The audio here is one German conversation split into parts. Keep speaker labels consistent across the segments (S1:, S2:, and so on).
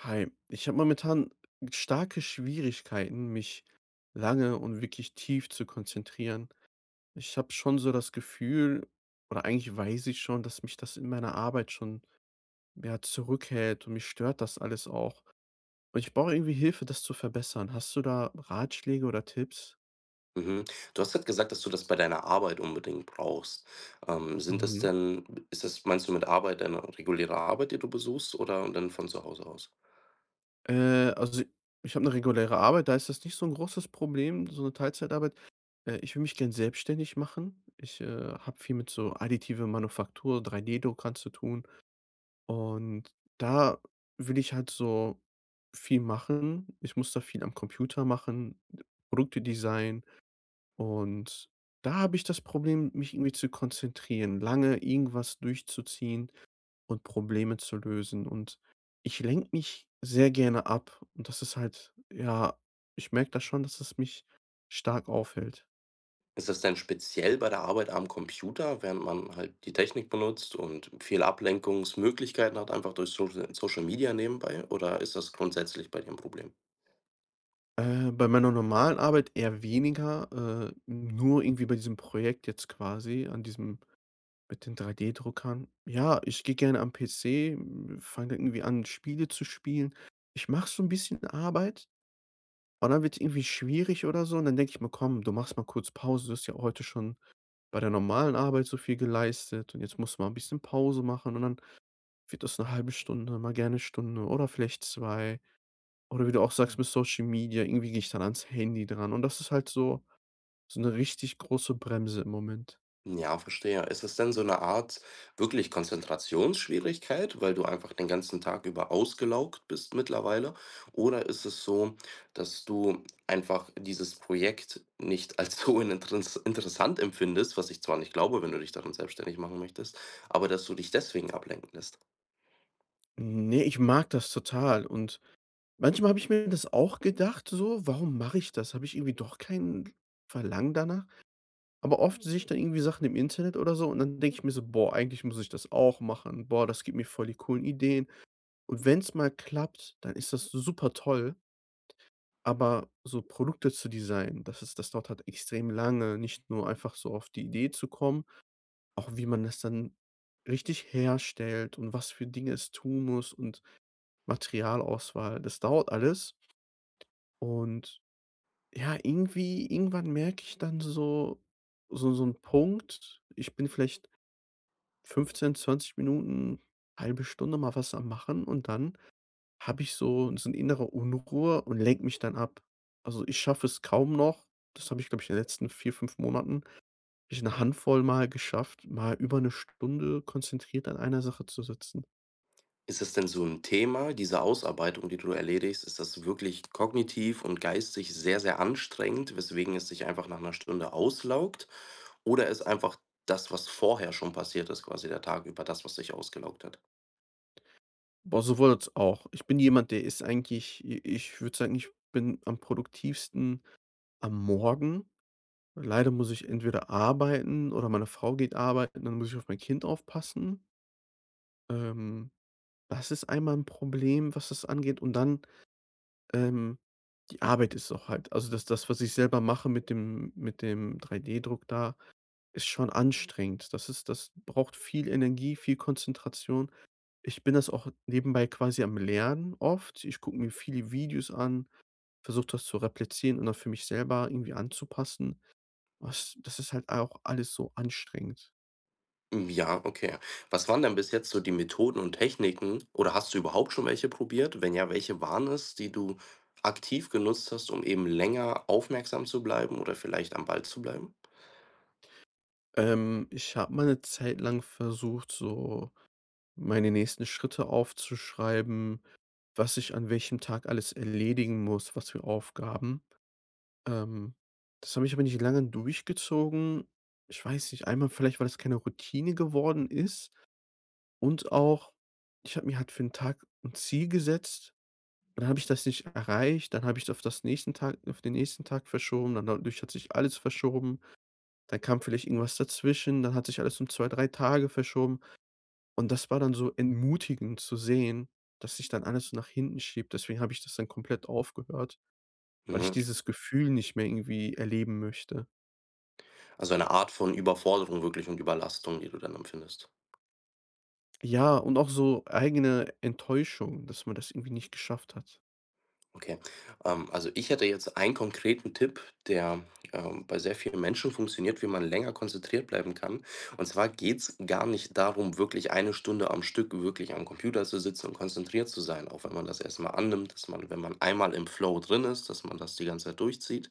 S1: Hi, ich habe momentan starke Schwierigkeiten, mich lange und wirklich tief zu konzentrieren. Ich habe schon so das Gefühl, oder eigentlich weiß ich schon, dass mich das in meiner Arbeit schon ja, zurückhält und mich stört das alles auch. Und ich brauche irgendwie Hilfe, das zu verbessern. Hast du da Ratschläge oder Tipps?
S2: Mhm. Du hast halt gesagt, dass du das bei deiner Arbeit unbedingt brauchst. Sind das
S1: Mhm.
S2: denn ist das Meinst du mit Arbeit deine reguläre Arbeit, die du besuchst oder dann von zu Hause aus?
S1: Also ich habe eine reguläre Arbeit, da ist das nicht so 'n großes Problem, so 'ne Teilzeitarbeit. Ich würde mich gern selbstständig machen. Ich habe viel mit so additive Manufaktur, drei d druckern zu tun und da will ich halt so viel machen. Ich muss da viel am Computer machen, Produkte designen, und da habe ich das Problem, mich irgendwie zu konzentrieren, lange irgendwas durchzuziehen und Probleme zu lösen. Und ich lenke mich sehr gerne ab. Und das ist halt, ja, ich merke das schon, dass es mich stark aufhält.
S2: Ist das denn speziell bei der Arbeit am Computer, während man halt die Technik benutzt und viele Ablenkungsmöglichkeiten hat, einfach durch Social Media nebenbei, oder ist das grundsätzlich bei dir ein Problem?
S1: Bei meiner normalen Arbeit eher weniger, nur irgendwie bei diesem Projekt jetzt quasi, an diesem, mit den 3D-Druckern. Ja, ich gehe gerne am PC, fange irgendwie an, Spiele zu spielen. Ich mache so ein bisschen Arbeit und dann wird's irgendwie schwierig oder so und dann denke ich mir: „Komm, du machst mal kurz Pause, du hast ja heute schon“ bei der normalen Arbeit so viel geleistet, und jetzt musst du mal 'n bisschen Pause machen, und dann wird das eine halbe Stunde, mal gerne Stunde oder vielleicht zwei. Oder wie du auch sagst, mhm, mit Social Media, irgendwie gehe ich dann ans Handy dran und das ist halt so so eine richtig große Bremse im Moment.
S2: Ja, verstehe. Ist es denn so eine Art wirklich Konzentrationsschwierigkeit, weil du einfach den ganzen Tag über ausgelaugt bist mittlerweile? Oder ist es so, dass du einfach dieses Projekt nicht als so ininteress interessant empfindest, was ich zwar nicht glaube, wenn du dich darin selbstständig machen möchtest, aber dass du dich deswegen ablenken lässt?
S1: Ne, ich mag das total und manchmal habe ich mir das auch gedacht so: „Warum mache ich das? Habe ich irgendwie doch kein Verlangen danach?“ Aber oft sehe ich dann irgendwie Sachen im Internet oder so und dann denke ich mir so: „Boah, eigentlich muss ich das auch machen. Boah, das gibt mir voll die coolen Ideen.“ Und wenn es mal klappt, dann ist das super toll, aber so Produkte zu designen, das ist, das dauert halt extrem lange, nicht nur einfach so auf die Idee zu kommen, auch wie man das dann richtig herstellt und was für Dinge es tun muss und Materialauswahl, das dauert alles. Und ja, irgendwie irgendwann merke ich dann so so einen Punkt, ich bin vielleicht 15, 20 Minuten, halbe Stunde mal was am Machen und dann habe ich so 'ne innere Unruhe und lenke mich dann ab. Also, ich schaffe es kaum noch, das habe ich, glaube ich, in den letzten 4 5 Monaten habe ich eine Handvoll Mal geschafft, mal über eine Stunde konzentriert an einer Sache zu sitzen.
S2: Ist es denn so ein Thema, diese Ausarbeitung, die du erledigst, ist das wirklich kognitiv und geistig sehr, sehr anstrengend, weswegen es dich einfach nach einer Stunde auslaugt? Oder ist einfach das, was vorher schon passiert ist, quasi der Tag über, das, was dich ausgelaugt hat?
S1: Boah, sowohl als auch. Ich bin jemand, der ist eigentlich, i ich würde sagen, ich bin am produktivsten am Morgen. Leider muss ich entweder arbeiten oder meine Frau geht arbeiten, dann muss ich auf mein Kind aufpassen. Ähm, Das ist einmal ein Problem, was das angeht, und dann, Ähm, die Arbeit ist auch halt, also das, was ich selber mache mit dem 3D-Druck da, ist schon anstrengend. Das ist, das braucht viel Energie, viel Konzentration. Ich bin das auch nebenbei quasi am Lernen oft. Ich gucke mir viele Videos an, versuche das zu replizieren und dann für mich selber irgendwie anzupassen. Was, das ist halt auch alles so anstrengend.
S2: Hm, ja, okay. Was waren denn bis jetzt so die Methoden und Techniken oder hast du überhaupt schon welche probiert? Wenn ja, welche waren es, die du aktiv genutzt hast, um eben länger aufmerksam zu bleiben oder vielleicht am Ball zu bleiben?
S1: Ich habe mal eine Zeit lang versucht, so meine nächsten Schritte aufzuschreiben, was ich an welchem Tag alles erledigen muss, was für Aufgaben. Ähm, das habe ich aber nicht lange durchgezogen. Ich weiß nicht, einmal vielleicht, weil das keine Routine geworden ist und auch, ich habe mir halt für den Tag ein Ziel gesetzt und dann habe ich das nicht erreicht. Dann habe ich es auf das nächsten Tag, auf den nächsten Tag verschoben, dann dadurch hat sich alles verschoben. Dann kam vielleicht irgendwas dazwischen, dann hat sich alles um 2 3 Tage verschoben. Und das war dann so entmutigend zu sehen, dass sich dann alles so nach hinten schiebt. Deswegen habe ich das dann komplett aufgehört, weil ich
S2: Mhm.
S1: dieses Gefühl nicht mehr irgendwie erleben möchte.
S2: Also eine Art von Überforderung wirklich und Überlastung, die du dann empfindest.
S1: Ja, und auch so eigene Enttäuschung, dass man das irgendwie nicht geschafft hat.
S2: Okay. Also ich hätte jetzt einen konkreten Tipp, der, bei sehr vielen Menschen funktioniert, wie man länger konzentriert bleiben kann. Und zwar geht's gar nicht darum, wirklich eine Stunde am Stück wirklich am Computer zu sitzen und konzentriert zu sein, auch wenn man das erst mal annimmt, dass man, wenn man einmal im Flow drin ist, dass man das die ganze Zeit durchzieht.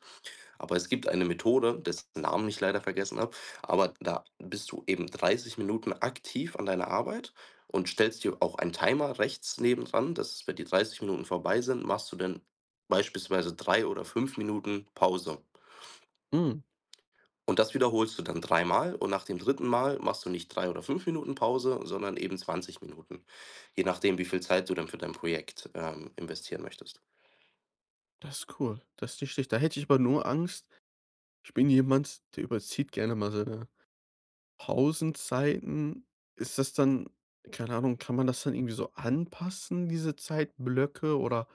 S2: Aber es gibt eine Methode, dessen Namen ich leider vergessen habe, aber da bist du eben 30 Minuten aktiv an deiner Arbeit und stellst dir auch einen Timer rechts nebendran, dass, wenn die 30 Minuten vorbei sind, machst du dann beispielsweise 3 oder 5 Minuten Pause.
S1: Hm,
S2: Und das wiederholst du dann dreimal und nach dem dritten Mal machst du nicht 3 oder 5 Minuten Pause, sondern eben 20 Minuten, je nachdem, wie viel Zeit du dann für dein Projekt, investieren möchtest.
S1: das ist cool. Das ist nicht schlecht. Da hätte ich aber nur Angst. Ich bin jemand, der überzieht gerne mal seine Pausenzeiten. Ist das dann, keine Ahnung, kann man das dann irgendwie so anpassen, diese Zeitblöcke oder?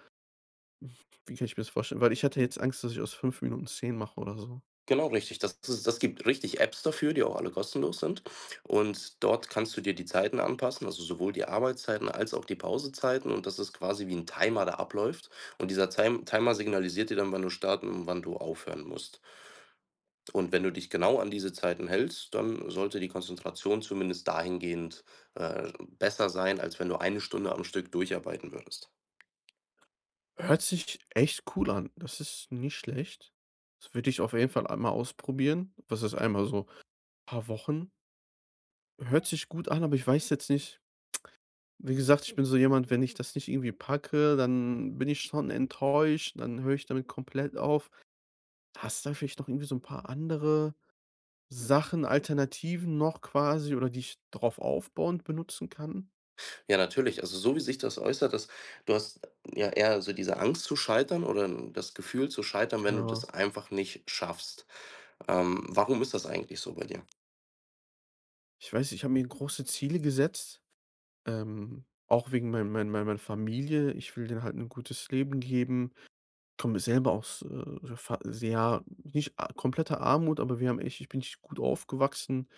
S1: Wie kann ich mir das vorstellen? Weil ich hatte jetzt Angst, dass ich aus 5 Minuten zehn mache oder so.
S2: Genau richtig. Das ist das gibt richtig Apps dafür, die auch alle kostenlos sind. Und dort kannst du dir die Zeiten anpassen, also sowohl die Arbeitszeiten als auch die Pausezeiten. Und das ist quasi wie ein Timer, der abläuft. Und dieser Timer signalisiert dir dann, wann du starten und wann du aufhören musst. Und wenn du dich genau an diese Zeiten hältst, dann sollte die Konzentration zumindest dahingehend, äh, besser sein, als wenn du eine Stunde am Stück durcharbeiten würdest.
S1: Hört sich echt cool an. Das ist nicht schlecht. Das würde ich auf jeden Fall einmal ausprobieren. Was, ist einmal so? Paar Wochen. Hört sich gut an, aber ich weiß jetzt nicht, wie gesagt, ich bin so jemand, wenn ich das nicht irgendwie packe, dann bin ich schon enttäuscht, dann höre ich damit komplett auf. Hast du da vielleicht noch irgendwie so ein paar andere Sachen, Alternativen noch quasi, oder die ich drauf aufbauend benutzen kann?
S2: Ja, natürlich. Also, so wie sich das äußert, dass du hast ja eher so diese Angst zu scheitern oder das Gefühl zu scheitern, wenn du
S1: Genau.
S2: das einfach nicht schaffst. Warum ist das eigentlich so bei dir?
S1: Ich weiß, ich habe mir große Ziele gesetzt. Auch wegen meiner Familie. Ich will denen halt ein gutes Leben geben. Komme selber aus, fa sehr, nicht a kompletter Armut, aber wir haben echt, ich bin nicht gut aufgewachsen,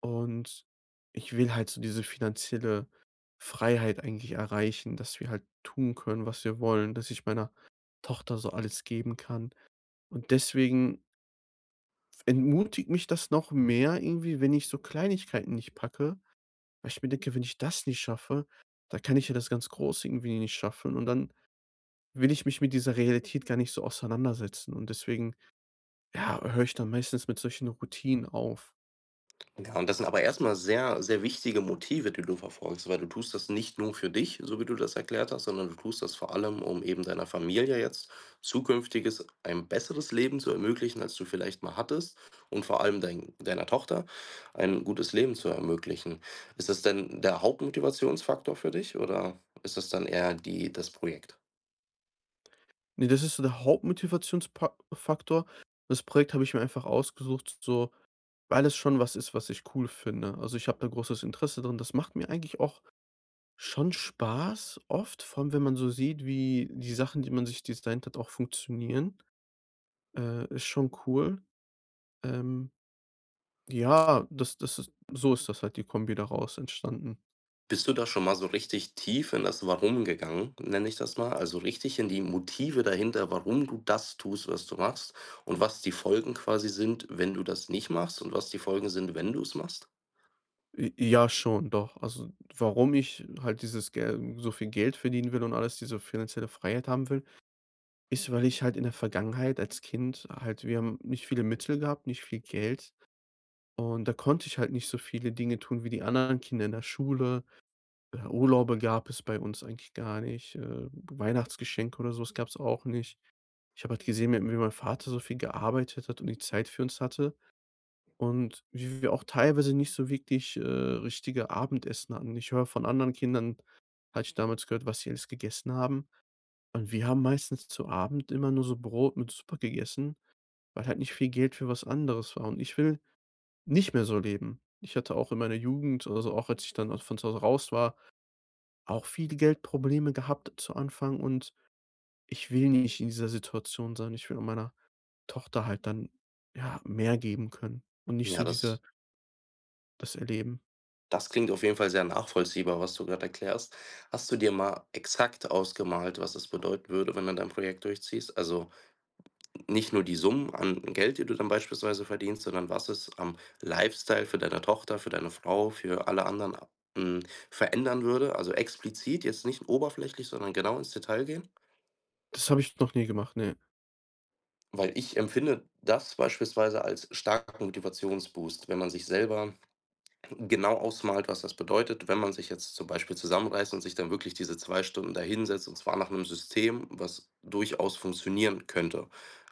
S1: und ich will halt so diese finanzielle Freiheit eigentlich erreichen, dass wir halt tun können, was wir wollen, dass ich meiner Tochter so alles geben kann. Und deswegen entmutigt mich das noch mehr irgendwie, wenn ich so Kleinigkeiten nicht packe. Weil ich mir denke, wenn ich das nicht schaffe, da kann ich ja das ganz Große irgendwie nicht schaffen und dann will ich mich mit dieser Realität gar nicht so auseinandersetzen und deswegen, ja, höre ich dann meistens mit solchen Routinen auf.
S2: Ja, und das sind aber erstmal sehr, sehr wichtige Motive, die du verfolgst, weil du tust das nicht nur für dich, so wie du das erklärt hast, sondern du tust das vor allem, um eben deiner Familie jetzt zukünftiges, ein besseres Leben zu ermöglichen, als du vielleicht mal hattest und vor allem deiner Tochter ein gutes Leben zu ermöglichen. Ist das denn der Hauptmotivationsfaktor für dich oder ist das dann eher das Projekt?
S1: Ne, das ist so der Hauptmotivationsfaktor. Das Projekt habe ich mir einfach ausgesucht, so, weil es schon was ist, was ich cool finde. Also, ich habe da großes Interesse drin. Das macht mir eigentlich auch schon Spaß oft, vor allem wenn man so sieht, wie die Sachen, die man sich designt hat, auch funktionieren. Ist schon cool. Ähm Ja, das ist so, ist das halt die Kombi daraus entstanden.
S2: Bist du da schon mal so richtig tief in das Warum gegangen, nenne ich das mal? Also richtig in die Motive dahinter, warum du das tust, was du machst und was die Folgen quasi sind, wenn du das nicht machst und was die Folgen sind, wenn du es machst?
S1: J ja, schon, doch. Also, warum ich halt dieses Gel so viel Geld verdienen will und alles, diese finanzielle Freiheit haben will, ist, weil ich halt in der Vergangenheit als Kind, halt wir haben nicht viele Mittel gehabt, nicht viel Geld, und da konnte ich halt nicht so viele Dinge tun wie die anderen Kinder in der Schule. Urlaube gab es bei uns eigentlich gar nicht, Weihnachtsgeschenke oder so gab es auch nicht. Ich habe halt gesehen, wie mein Vater so viel gearbeitet hat und die Zeit für uns hatte. Und wie wir auch teilweise nicht so wirklich, richtige Abendessen hatten. Ich höre von anderen Kindern, hatte ich damals gehört, was sie alles gegessen haben. Und wir haben meistens zu Abend immer nur so Brot mit Suppe gegessen, weil halt nicht viel Geld für was anderes war. Und ich will nicht mehr so leben. Ich hatte auch in meiner Jugend, also auch als ich dann von zu Hause raus war, auch viele Geldprobleme gehabt zu Anfang, und ich will nicht in dieser Situation sein. Ich will meiner Tochter halt dann, ja, mehr geben können und nicht so
S2: Ja,
S1: diese, das erleben.
S2: das klingt auf jeden Fall sehr nachvollziehbar, was du gerade erklärst. Hast du dir mal exakt ausgemalt, was es bedeuten würde, wenn du dein Projekt durchziehst? Also nicht nur die Summen an Geld, die du dann beispielsweise verdienst, sondern was es am Lifestyle für deine Tochter, für deine Frau, für alle anderen, hm, verändern würde. Also explizit, jetzt nicht oberflächlich, sondern genau ins Detail gehen.
S1: Das habe ich noch nie gemacht, ne.
S2: Weil ich empfinde das beispielsweise als starken Motivationsboost, wenn man sich selber genau ausmalt, was das bedeutet, wenn man sich jetzt zum Beispiel zusammenreißt und sich dann wirklich diese 2 Stunden dahinsetzt und zwar nach einem System, was durchaus funktionieren könnte,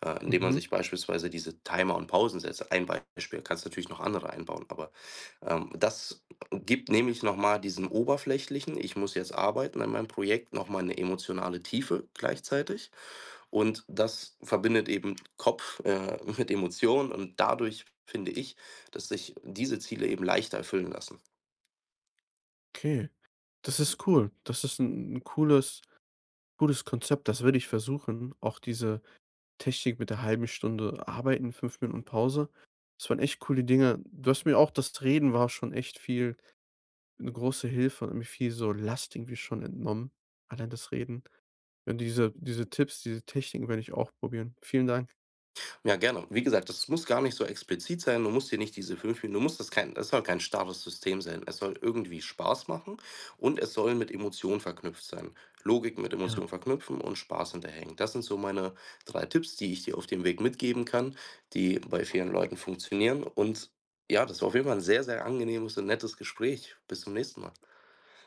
S2: indem man
S1: Mhm,
S2: sich beispielsweise diese Timer und Pausen setzt. Ein Beispiel, kannst natürlich noch andere einbauen, aber, das gibt nämlich noch mal diesem oberflächlichen „Ich muss jetzt arbeiten an meinem Projekt“ noch mal 'ne emotionale Tiefe gleichzeitig. Und das verbindet eben Kopf, mit Emotionen und dadurch finde ich, dass sich diese Ziele eben leichter erfüllen lassen.
S1: okay. Das ist cool. Das ist 'n cooles Konzept. Das würde ich versuchen. Auch diese Technik mit der halben Stunde arbeiten, 5 Minuten Pause. Das waren echt coole Dinge. Du hast mir auch, das Reden war schon echt viel, 'ne große Hilfe, und hat mir viel so Last irgendwie schon entnommen, allein das Reden. Und diese Tipps, diese Techniken werde ich auch probieren. Vielen Dank.
S2: Ja, gerne. Wie gesagt, das muss gar nicht so explizit sein. Du musst hier nicht diese fünf Minuten, du musst das soll kein starres System sein. Es soll irgendwie Spaß machen und es soll mit Emotionen verknüpft sein. Logik mit
S1: Ja.
S2: Emotionen verknüpfen und Spaß hinterhängen. Das sind so meine drei Tipps, die ich dir auf dem Weg mitgeben kann, die bei vielen Leuten funktionieren. Und ja, das war auf jeden Fall ein sehr, sehr angenehmes und nettes Gespräch. Bis zum nächsten Mal.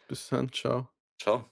S1: Bis dann. Tschau.
S2: Ciao.